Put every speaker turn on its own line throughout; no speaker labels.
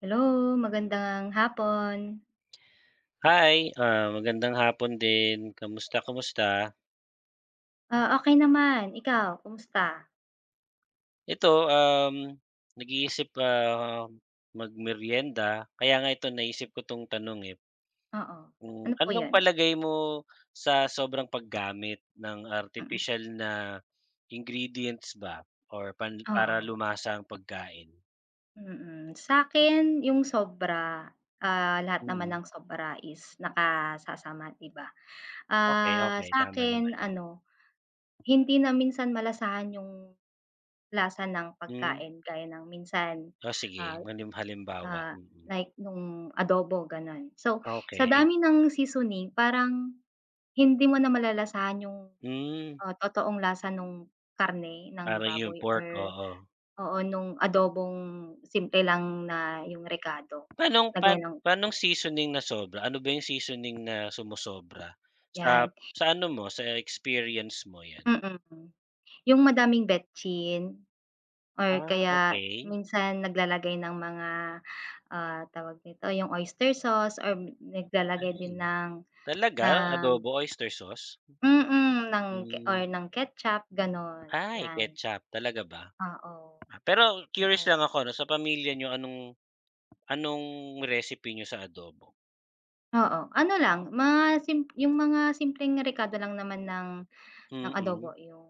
Hello, magandang hapon.
Hi, magandang hapon din. Kamusta, kamusta?
Ah, okey naman, ikaw kumusta?
Ito, nag-iisip, magmeryenda. Kaya nga ito naisip ko 'tong tanong, eh.
Oo,
Kung
ano po
anong
'yun?
palagay mo sa sobrang paggamit ng
Mm,
artificial na ingredients ba or para
oo,
lumasa ang pagkain?
mm. Sa'kin yung sobra, lahat naman
Mm.
ng sobra is nakasasama, 'di ba?
Okay,
Ah,
okey, tama
sa'kin
naman.
ano, hindi na minsan malasahan yung lasa ng
Hmm,
pagkain gaya ng minsan,
o sige,
ah,
halimbawa.
ah, like nung adobo gano'n. So, sa
Okey.
dami ng seasoning parang hindi mo na malalasahan yung.
Hmm,
Oh, totoong lasa nung karne ng
parang 'yung
baboy
pork,
or
oo.
oo, nung adobong simple lang na yung rekado
Pa'nong
na
pan
gano'n,
pa'nong seasoning na sobra? Ano ba yung seasoning na sumosobra sa
'yan,
sa ano mo, sa experience mo 'yan?
mm. Yung madaming betchin or
Ah,
kaya
okey.
minsan naglalagay ng mga, tawag nito, yung oyster sauce or naglalagay din
Ay, talaga
ng
adobo, oyster sauce?
mm, ng ke or
Hmm.
ng ketchup gano'n,
Ay,
'yan.
ketchup, talaga ba?
Oo,
Pero curious lang
oo.
ako 'no, sa pamilya niyo anong anong recipe niyo sa adobo?
Oo, ano lang mga yung mga simpleng rekado lang naman ng adobo
Mm,
yung,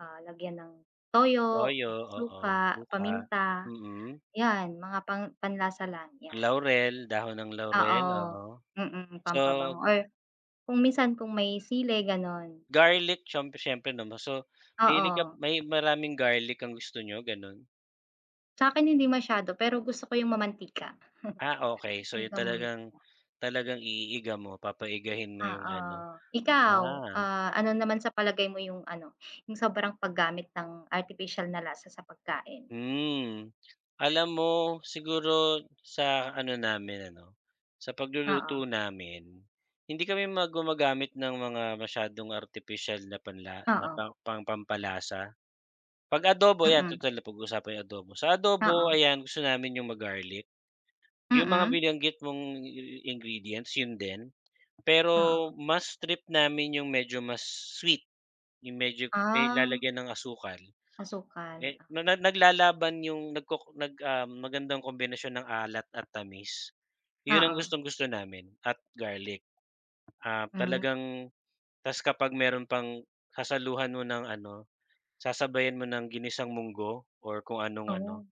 lagyan ng toyo,
toyo, oo,
suka,
suka,
paminta,
mm,
'yan mga pang panlasa lang 'yan.
laurel, dahon ng laurel,
Oo,
oo.
mm,
So,
pampabango or kung minsan kung may sili gano'n,
garlic siyempre siyempre naman. So, mahilig ka,
oo.
may maraming garlic ang gusto nyo gano'n?
Sa'kin hindi masyado pero gusto ko yung mamantika,
Okay, so,
yung
'yun
ganon,
talagang talagang iiga mo, papaigahin mo 'yung
oo.
ano.
Ikaw,
Ah,
ano naman sa palagay mo yung ano, yung sobrang paggamit ng artipisyal na lasa sa pagkain?
hmm. Alam mo siguro sa ano namin ano, sa
Oo,
pagluluto namin, hindi kami gumagamit ng mga masyadong artificial na panla na
oo.
pa pang pampalasa. 'Pag adobo, ayan,
Mm,
total, napag-usapan 'yung adobo. Sa adobo,
oo.
ayan, gusto namin 'yung ma-garlic. Yung mga
Mm,
binanggit mong ingredients, yun din. Pero
oo.
mas trip namin yung medyo mas sweet, yung medyo may
Ah,
lalagyan ng asukal.
asukal.
Me na na naglalaban yung nagkok nag, um, Magandang kombinasyon ng alat at tamis. Yun ang
Oo,
gustong-gusto namin, at garlic. Ah,
hmm,
talagang ta's kapag meron pang sasaluhan mo ng ano, sasabayan mo ng ginisang munggo or kung anong ano,
oh,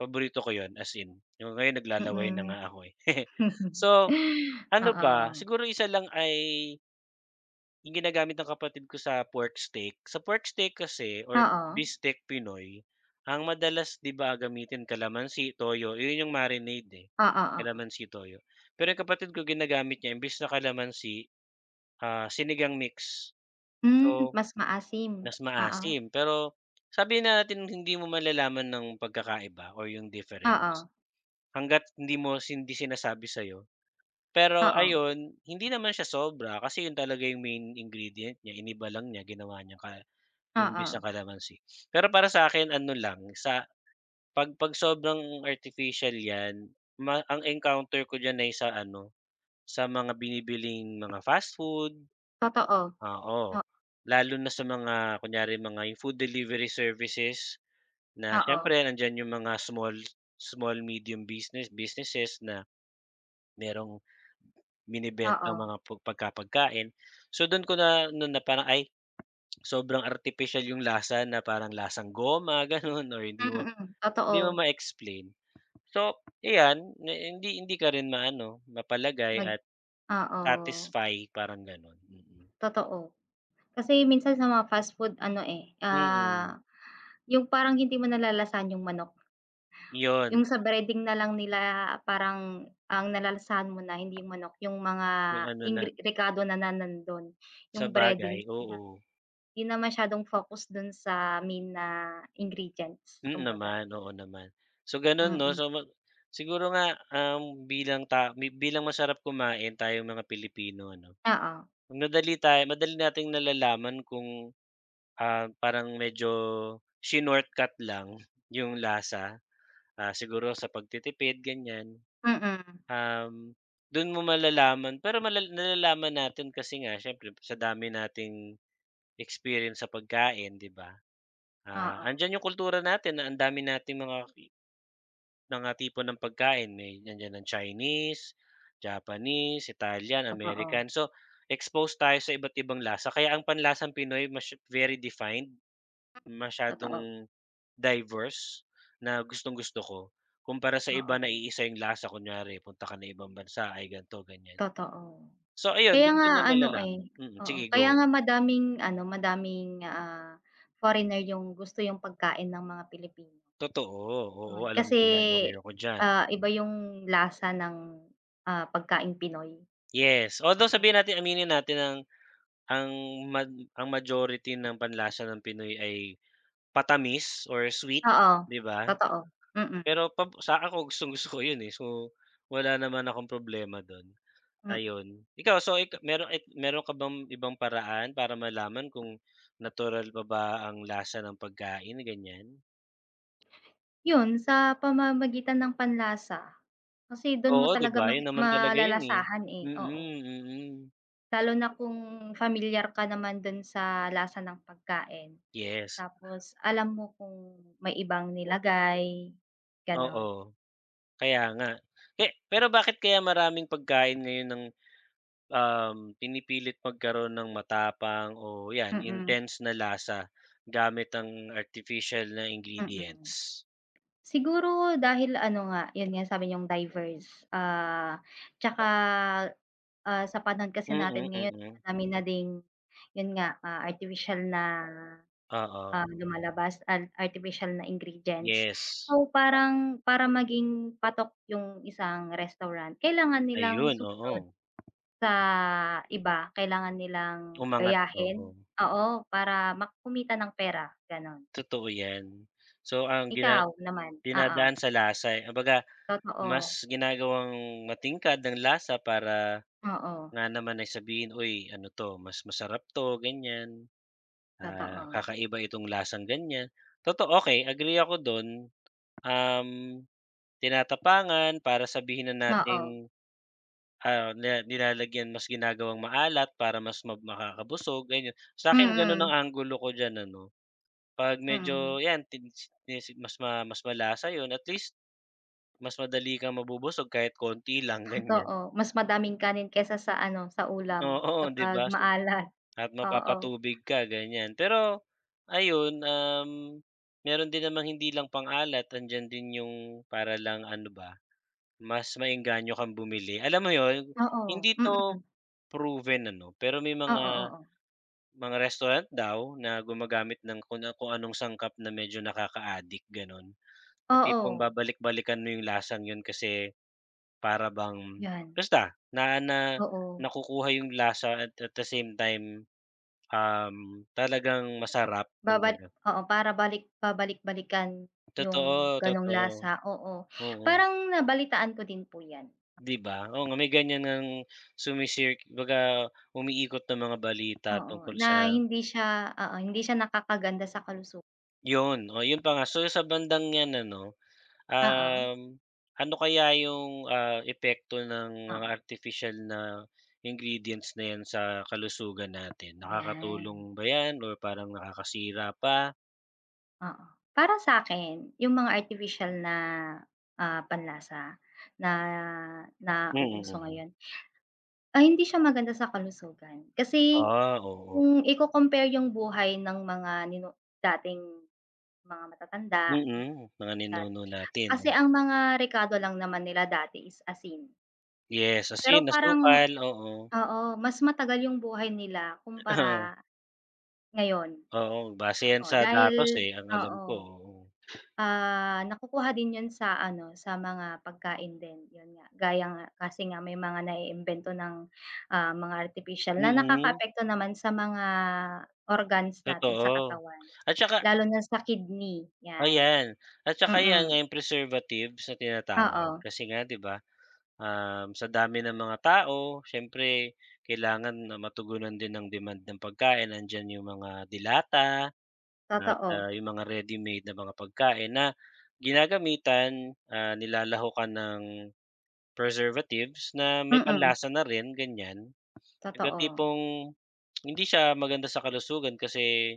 paborito ko yon, as in. Yung ngayon naglalaway na
mm.
nga ako, eh. So, ano ba,
Oo,
siguro isa lang ay yung ginagamit ng kapatid ko sa pork steak. Sa pork steak kasi, or
oo,
beefsteak Pinoy, ang madalas 'di ba gamitin, kalamansi, toyo, yun yung marinade, eh,
oo, oo.
kalamansi, toyo. Pero yung kapatid ko, ginagamit niya imbes na kalamansi, sinigang mix.
Hmm,
So,
mas maasim.
mas
Oo,
maasim, pero sabihin na natin hindi mo malalaman ng pagkakaiba or yung
oo,
difference hangga't hindi mo hindi sinasabi sa'yo. Pero
oo,
ayun, hindi naman siya sobra kasi yun talaga yung main ingredient niya, iniba lang niya, ginawa niya imbis
oo.
na kalamansi. Pero para sa akin, ano lang, sa 'pag sobrang artificial 'yan, ang encounter ko diyan ay sa ano, sa mga binibiling mga fast food,
Totoo,
oo.
o
Lalo na sa mga kunyari mga yung food delivery services na
oo,
siyempre nandiyan yung mga small small medium businesses na merong binebenta
oo.
ng mga pu pagka so dun ko na noon na parang, ay, sobrang artificial yung lasa, na parang lasang goma ganun, or hindi mo
Mm,
hindi
totoo.
mo ma-explain. So iyan, na hindi hindi ka rin maano, mapalagay
Mag
at
oo,
satisfy, parang ganun.
totoo. Kasi minsan sa mga fast food ano, eh,
Mm,
yung parang hindi mo nalalasahan yung manok. Yung
yun
sa breading na lang nila parang ang nalalasahan mo na hindi yung manok, yung mga
yung ano na
rekado na na nandun,
sa
yung
sabagay,
breadings na.
oo.
'Di na masyadong focus dun sa main na ingredients
Mm,
kumbaga,
naman, oo naman. So gano'n 'no,
mm.
so siguro nga, bilang ta bi bilang masarap kumain tayong mga Pilipino, ano,
Oo,
madali nating nalalaman kung, parang medyo shinortcut lang yung lasa, siguro sa pagtitipid, ganyan.
mm.
Um, Do'n mo malalaman, pero nalalaman natin kasi nga, siyempre sa dami nating experience sa pagkain, 'di ba? Ah,
Oo,
andiyan yung kultura natin, na ang dami nating mga tipo ng pagkain, may nandiyan ng Chinese, Japanese, Italian,
totoo,
American. So, exposed tayo sa iba't ibang lasa. Kaya ang panlasang Pinoy mas very defined, masyadong
totoo,
diverse, na gustong-gusto ko. Kumpara sa iba na
oo,
naiisa yung lasa, kunyari punta ka ng ibang bansa, ay, ganito, ganyan.
totoo.
So ayun,
Kaya
do'n ko
nga
na
ano, eh,
nalalaman. Mm,
oo,
sige,
kaya
go.
nga madaming ano, madaming, foreigner yung gusto yung pagkain ng mga Pilipino.
Totoo, oo,
'Yun,
alam
kasi,
ko 'yan, okay ako diyan.
iba yung lasa ng, pagkaing Pinoy.
Yes, although
Oo.
sabihin natin, aminin natin na ang mad ang majority ng panlasa ng Pinoy ay patamis or sweet,
Oo,
'di ba?
totoo, mm,
Pero sa ako, gustong-gusto ko 'yun, eh. So, wala naman akong problema do'n,
mm.
ayun. Ikaw, so ik meron ka bang ibang paraan para malaman kung natural pa ba ang lasa ng pagkain, ganiyan?
'Yun sa pamamagitan ng panlasa, kasi dun mo
Oo, 'di
talaga
ba? 'Yun naman talaga 'yun, eh.
malalasahan, eh,
Mm,
oo.
mm.
Lalo na kung familiar ka naman dun sa lasa ng pagkain,
Yes,
tapos alam mo kung may ibang nilagay, gano'n,
oo. Kaya nga. Eh, pero bakit kaya maraming pagkain ngayon ng pinipilit magkaroon ng matapang, o 'yan,
mm,
intense na lasa, gamit ang artificial na ingredients.
mm. Siguro dahil ano nga, 'yun nga sabi niyong diverse, 'tsaka, sa panahon kasi natin
Mm,
ngayon
mm.
madami na ding 'yun nga, artificial na,
Oo,
lumalabas at artificial na ingredients.
yes.
So parang para maging patok 'yung isang restaurant kailangan nilang
Ayun, oo.
sumunod sa iba, kailangan nilang
Umangat, oo.
gayahin, oo, para makumita ng pera gano'n.
Totoo 'yan. So, ang
Ikaw naman? Oo,
dinadaan sa lasa, eh, kumbaga,
totoo,
mas ginagawang matingkad ng lasa para
oo.
nga naman ay sabihin, "Uy, ano 'to, mas masarap 'to," ganyan,
Totoo,
"Kakaiba itong lasang ganyan." Totoo, okay, agree ako do'n. Um, Tinatapangan para sabihin na
oo,
nating, na nilalagyan, mas ginagawang maalat para mas makakabusog, ganyan. Sa akin gano'n
mm,
ang anggulo ko diyan, ano, 'pag medyo
mm,
'yan tinisi, mas mas malasa 'yun, at least mas madali kang mabubusog kahit konti lang, ganyan.
totoo. Mas madaming kanin kaysa sa ano, sa ulam
Oo, 'di
kapag
ba? So
maalat,
at
oo.
mapapatubig ka, ganyan. Pero ayun, meron din namang hindi lang pang-alat, andiyan din yung para lang ano ba, mas maengganyo kang bumili. Alam mo yon,
Oo,
hindi
mm,
'to proven, ano, pero may
oo, oo.
mga restaurant daw na gumagamit ng kung anong sangkap na medyo nakaka-addict, gano'n. Na tipong
Oo,
babalik-balikan mo yung lasang 'yun kasi para bang
'yan,
basta na na
oo.
nakukuha yung lasa, at the same time, talagang masarap,
Babal
kumbaga.
oo, para babalik-balikan yung
Totoo,
gano'ng
totoo.
lasa, oo.
Oo.
Parang nabalitaan ko din po 'yan,
'Di ba? Oo nga, may ganyan ngang sumisir kumbaga, umiikot na mga balita
oo,
tungkol
na
sa
hindi siya oo, hindi siya nakakaganda sa kalusugan,
yun, oh, yun pa nga. So, sa bandang 'yan, ano,
oo,
um, ano kaya yung, epekto ng mga
oo,
artificial na ingredients na 'yan sa kalusugan natin? Nakakatulong
'yan.
ba 'yan or parang nakakasira pa?
Oo. Para sa akin yung mga artificial na, panlasa na
Mm, mm.
nauuso
Mm.
ngayon, ay hindi siya maganda sa kalusugan. Kasi
Oo.
kung iko-compare yung buhay ng mga dating mga matatanda,
Mm,
yung
mm. Mga
dat
ninuno natin.
kasi ang mga rekado lang naman nila dati is asin.
Yes,
Pero
asin,
parang
asukal, oo.
oo, mas matagal yung buhay nila kumpara ngayon.
Oo, base yan
Oh,
sa datos,
dahil
eh, ang alam ko,
oo.
oo.
Ah, nakukuha din 'yun sa ano, sa mga pagkain din, 'yun nga. Gaya nga kasi nga may mga naiimbento ng, mga artificial na
Mm,
nakakaapekto naman sa mga organs natin sa
totoo.
katawan,
At saka
lalo na sa kidney, 'yan.
ayan, at saka yan nga
Mm,
yung preservatives na tinatawag,
oo,
kasi nga 'di ba, sa dami ng mga tao, siyempre kailangan na matugunan din ang demand ng pagkain, andiyan yung mga dilata at,
totoo.
yung mga ready-made na mga pagkain na ginagamitan, nilalahukan ng preservatives na may
Mm,
panlasa na rin, ganyan. Yung
totoo,
tipong hindi siya maganda sa kalusugan, kasi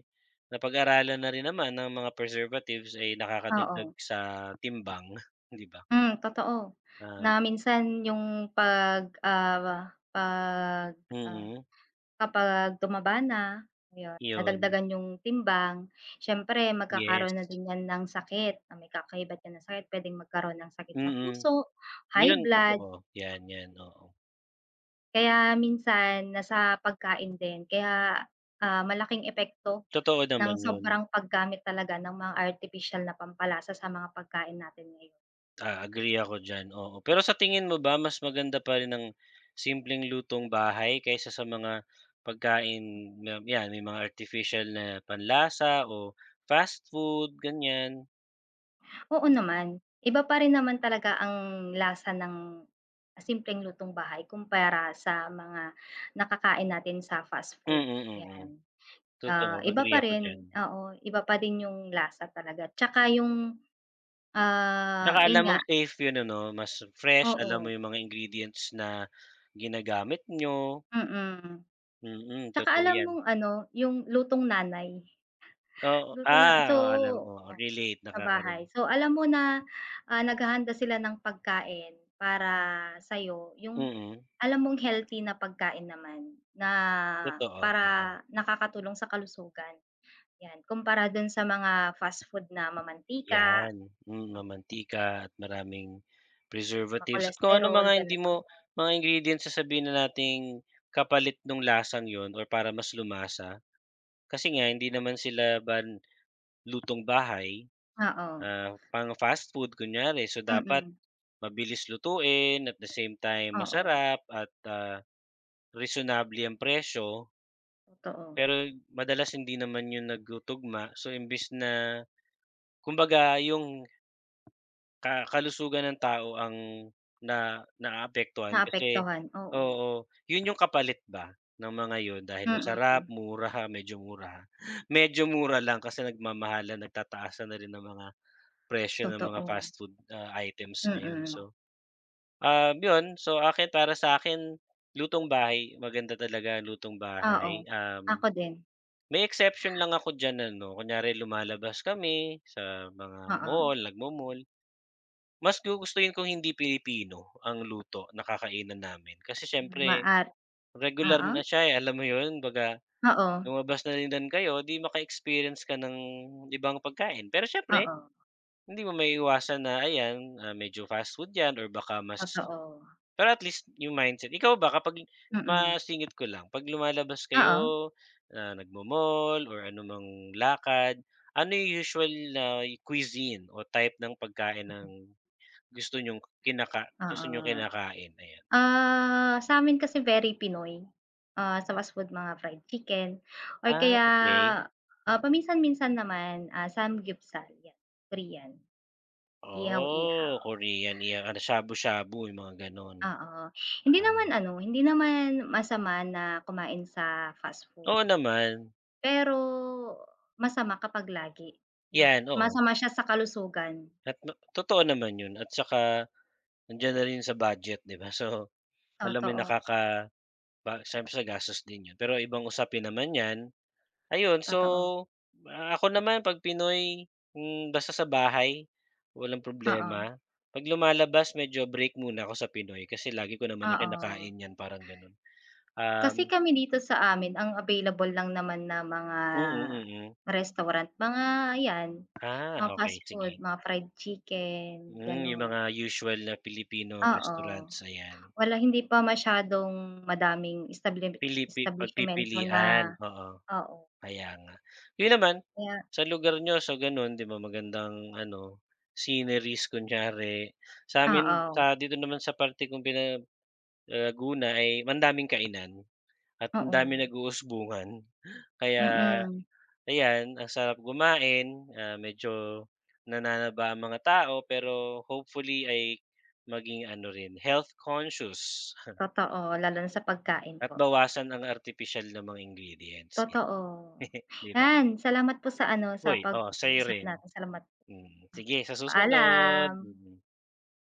napag-aralan na rin naman ng mga preservatives ay nakakadagdag
oo.
sa timbang, 'di ba?
Hmm, totoo,
Ah,
na minsan yung pag, ah
mm,
kapag tumaba na, ayun,
'yun.
nadagdagan yung timbang, siyempre magkakaroon na
Yes,
din 'yan ng sakit na may kakaibat 'yan na sakit, puwedeng magkaroon ng sakit sa
mm.
puso, high
'Yun
blood,
totoo, 'yan 'yan, oo.
kaya minsan nasa pagkain din. Kaya, malaking epekto
Totoo
ng
naman 'yun,
sobrang paggamit talaga ng mga artificial na pampalasa sa mga pagkain natin ngayon.
agree ako diyan, oo. Pero sa tingin mo ba, mas maganda pa rin ang simpleng lutong bahay kaysa sa mga pagkain na 'yan, may mga artificial na panlasa o fast food, ganiyan?
Oo naman. Iba pa rin naman talaga ang lasa ng simpleng lutong bahay kumpara sa mga nakakain natin sa fast
Mm,
food,
mm. Mm, mm.
'yan.
Totoo,
Ah, iba
agree
pa
ako diyan.
rin, oo. Iba pa din yung lasa talaga tsaka yung,
'Tsaka
yun
alam
nga,
mong safe 'yun, ano, mas fresh, alam mo
oo,
'yung mga ingredients na ginagamit niyo,
mm.
mm,
Tsaka
totoo
alam
'yan.
mong ano, yung lutong nanay,
Oo,
luto na, so
oo, alam, oo, relate,
sa bahay.
nakakarinig.
So, alam mo na, naghahanda sila ng pagkain para sa'yo, yung
Mm,
alam mong healthy na pagkain naman na
totoo, oo.
para nakakatulong sa kalusugan, 'yan. Kumpara do'n sa mga fast food na mamantika,
'Yan, mamantika at maraming preservatives at kung anong
ma-cholesterol,
mga hindi
gano'n.
mo mga ingredients, na sabihin na nating kapalit nung lasang yon or para mas lumasa, kasi nga hindi naman sila lutong bahay.
Oo,
Pang fast food kunyari. So, dapat
mm,
mabilis lutuin, at the same time
oo,
masarap at, reasonable ang presyo.
totoo.
Pero madalas hindi naman 'yun nagtutugma. So, imbes na, kumbaga, yung kalusugan ng tao ang na naaapektuhan, kasi,
Naapektuhan, oo,
oo, 'yun yung kapalit ba ng mga 'yun, dahil masarap,
mm,
mura, medyo mura. Medyo mura lang, kasi nagmamahalan, nagtataasan na rin ang mga presyo ng mga
totoo,
fast food, items ngayon.
mm,
So, 'yun. So, akin, para sa'kin, lutong bahay, maganda talaga ang lutong
oo.
bahay.
Ako din,
May exception lang ako diyan, ano, kunyari lumalabas kami sa mga
oo.
mall, nagmo-mall, mas gugustuhin kung hindi Pilipino ang luto na kakainan namin. Kasi siyempre
Maar
regular
oo,
na siya, eh, alam mo 'yun, 'baga
oo,
lumabas na rin kayo, 'di maka-experience ka ng ibang pagkain. Pero siyempre
oo.
hindi mo maiiwasan na ayan, medyo fast food 'yan, or baka mas,
Totoo,
pero at least yung mindset ikaw ba kapag
mm.
masingit ko lang, 'pag lumalabas kayo,
Oo,
nagmo-mall or anumang lakad, ano yung usual na cuisine o type ng pagkain ng gusto niyong kinaka gusto niyong
oo.
kinakain? Ayan.
Ah, sa'min kasi very Pinoy, sa fast food mga fried chicken or
Ah,
kaya,
okay
paminsan-minsan naman, samgyupsal, 'yan, Korean, ihaw-ihaw,
Oh, Korean, iya, ano, shabu-shabu, yung mga gano'n.
oo. Hindi naman ano, hindi naman masama na kumain sa fast food,
Oo naman,
pero masama kapag lagi, 'no?
'yan, oo.
Masama siya sa kalusugan,
At totoo naman 'yun, at saka nandiyan na rin sa budget, 'di ba? So, alam mo yung
totoo,
ba syempre sa gastos din 'yun, pero ibang usapin naman 'yan. Ayun, so,
totoo.
ako naman 'pag Pinoy, hmm, basta sa bahay, walang
Oo,
problema. 'Pag lumalabas medyo break muna ako sa Pinoy, kasi lagi ko naman na
oo.
kinakain 'yan, parang gano'n.
Kasi
Um,
kami dito sa amin ang available lang naman na mga
mm, mm. Mm, mm.
restaurant, mga yan, mga
Ah,
fast
okay,
food,
sige.
mga fried chicken,
Yung
gano'n.
mga usual na Filipino
Oo,
restaurants, ayan.
wala hindi pa masyadong madaming establisyemento na
Pagpipilian, oo.
oo,
Kaya nga. Yun naman,
kaya
sa lugar niyo sa gano'n, 'di ba magandang ano, sceneries kunyari. Sa'min
oo,
sa dito naman sa parte kong Laguna, ay mandaming kainan at ang daming
oo,
nag-uusbungan. Kaya
mm,
ayan, ang sarap kumain, medyo nananaba ang mga tao, pero hopefully ay maging ano rin, health conscious
totoo lalo na sa pagkain
at
po, yan.
bawasan ang artipisyal na mga ingredients,
Totoo.
'di ba?
Yan, salamat po sa ano, sa
Uy, oh, sa'yo
pag-uusap
rin.
natin, salamat.
Mm, sige, sa susunod.
Paalam.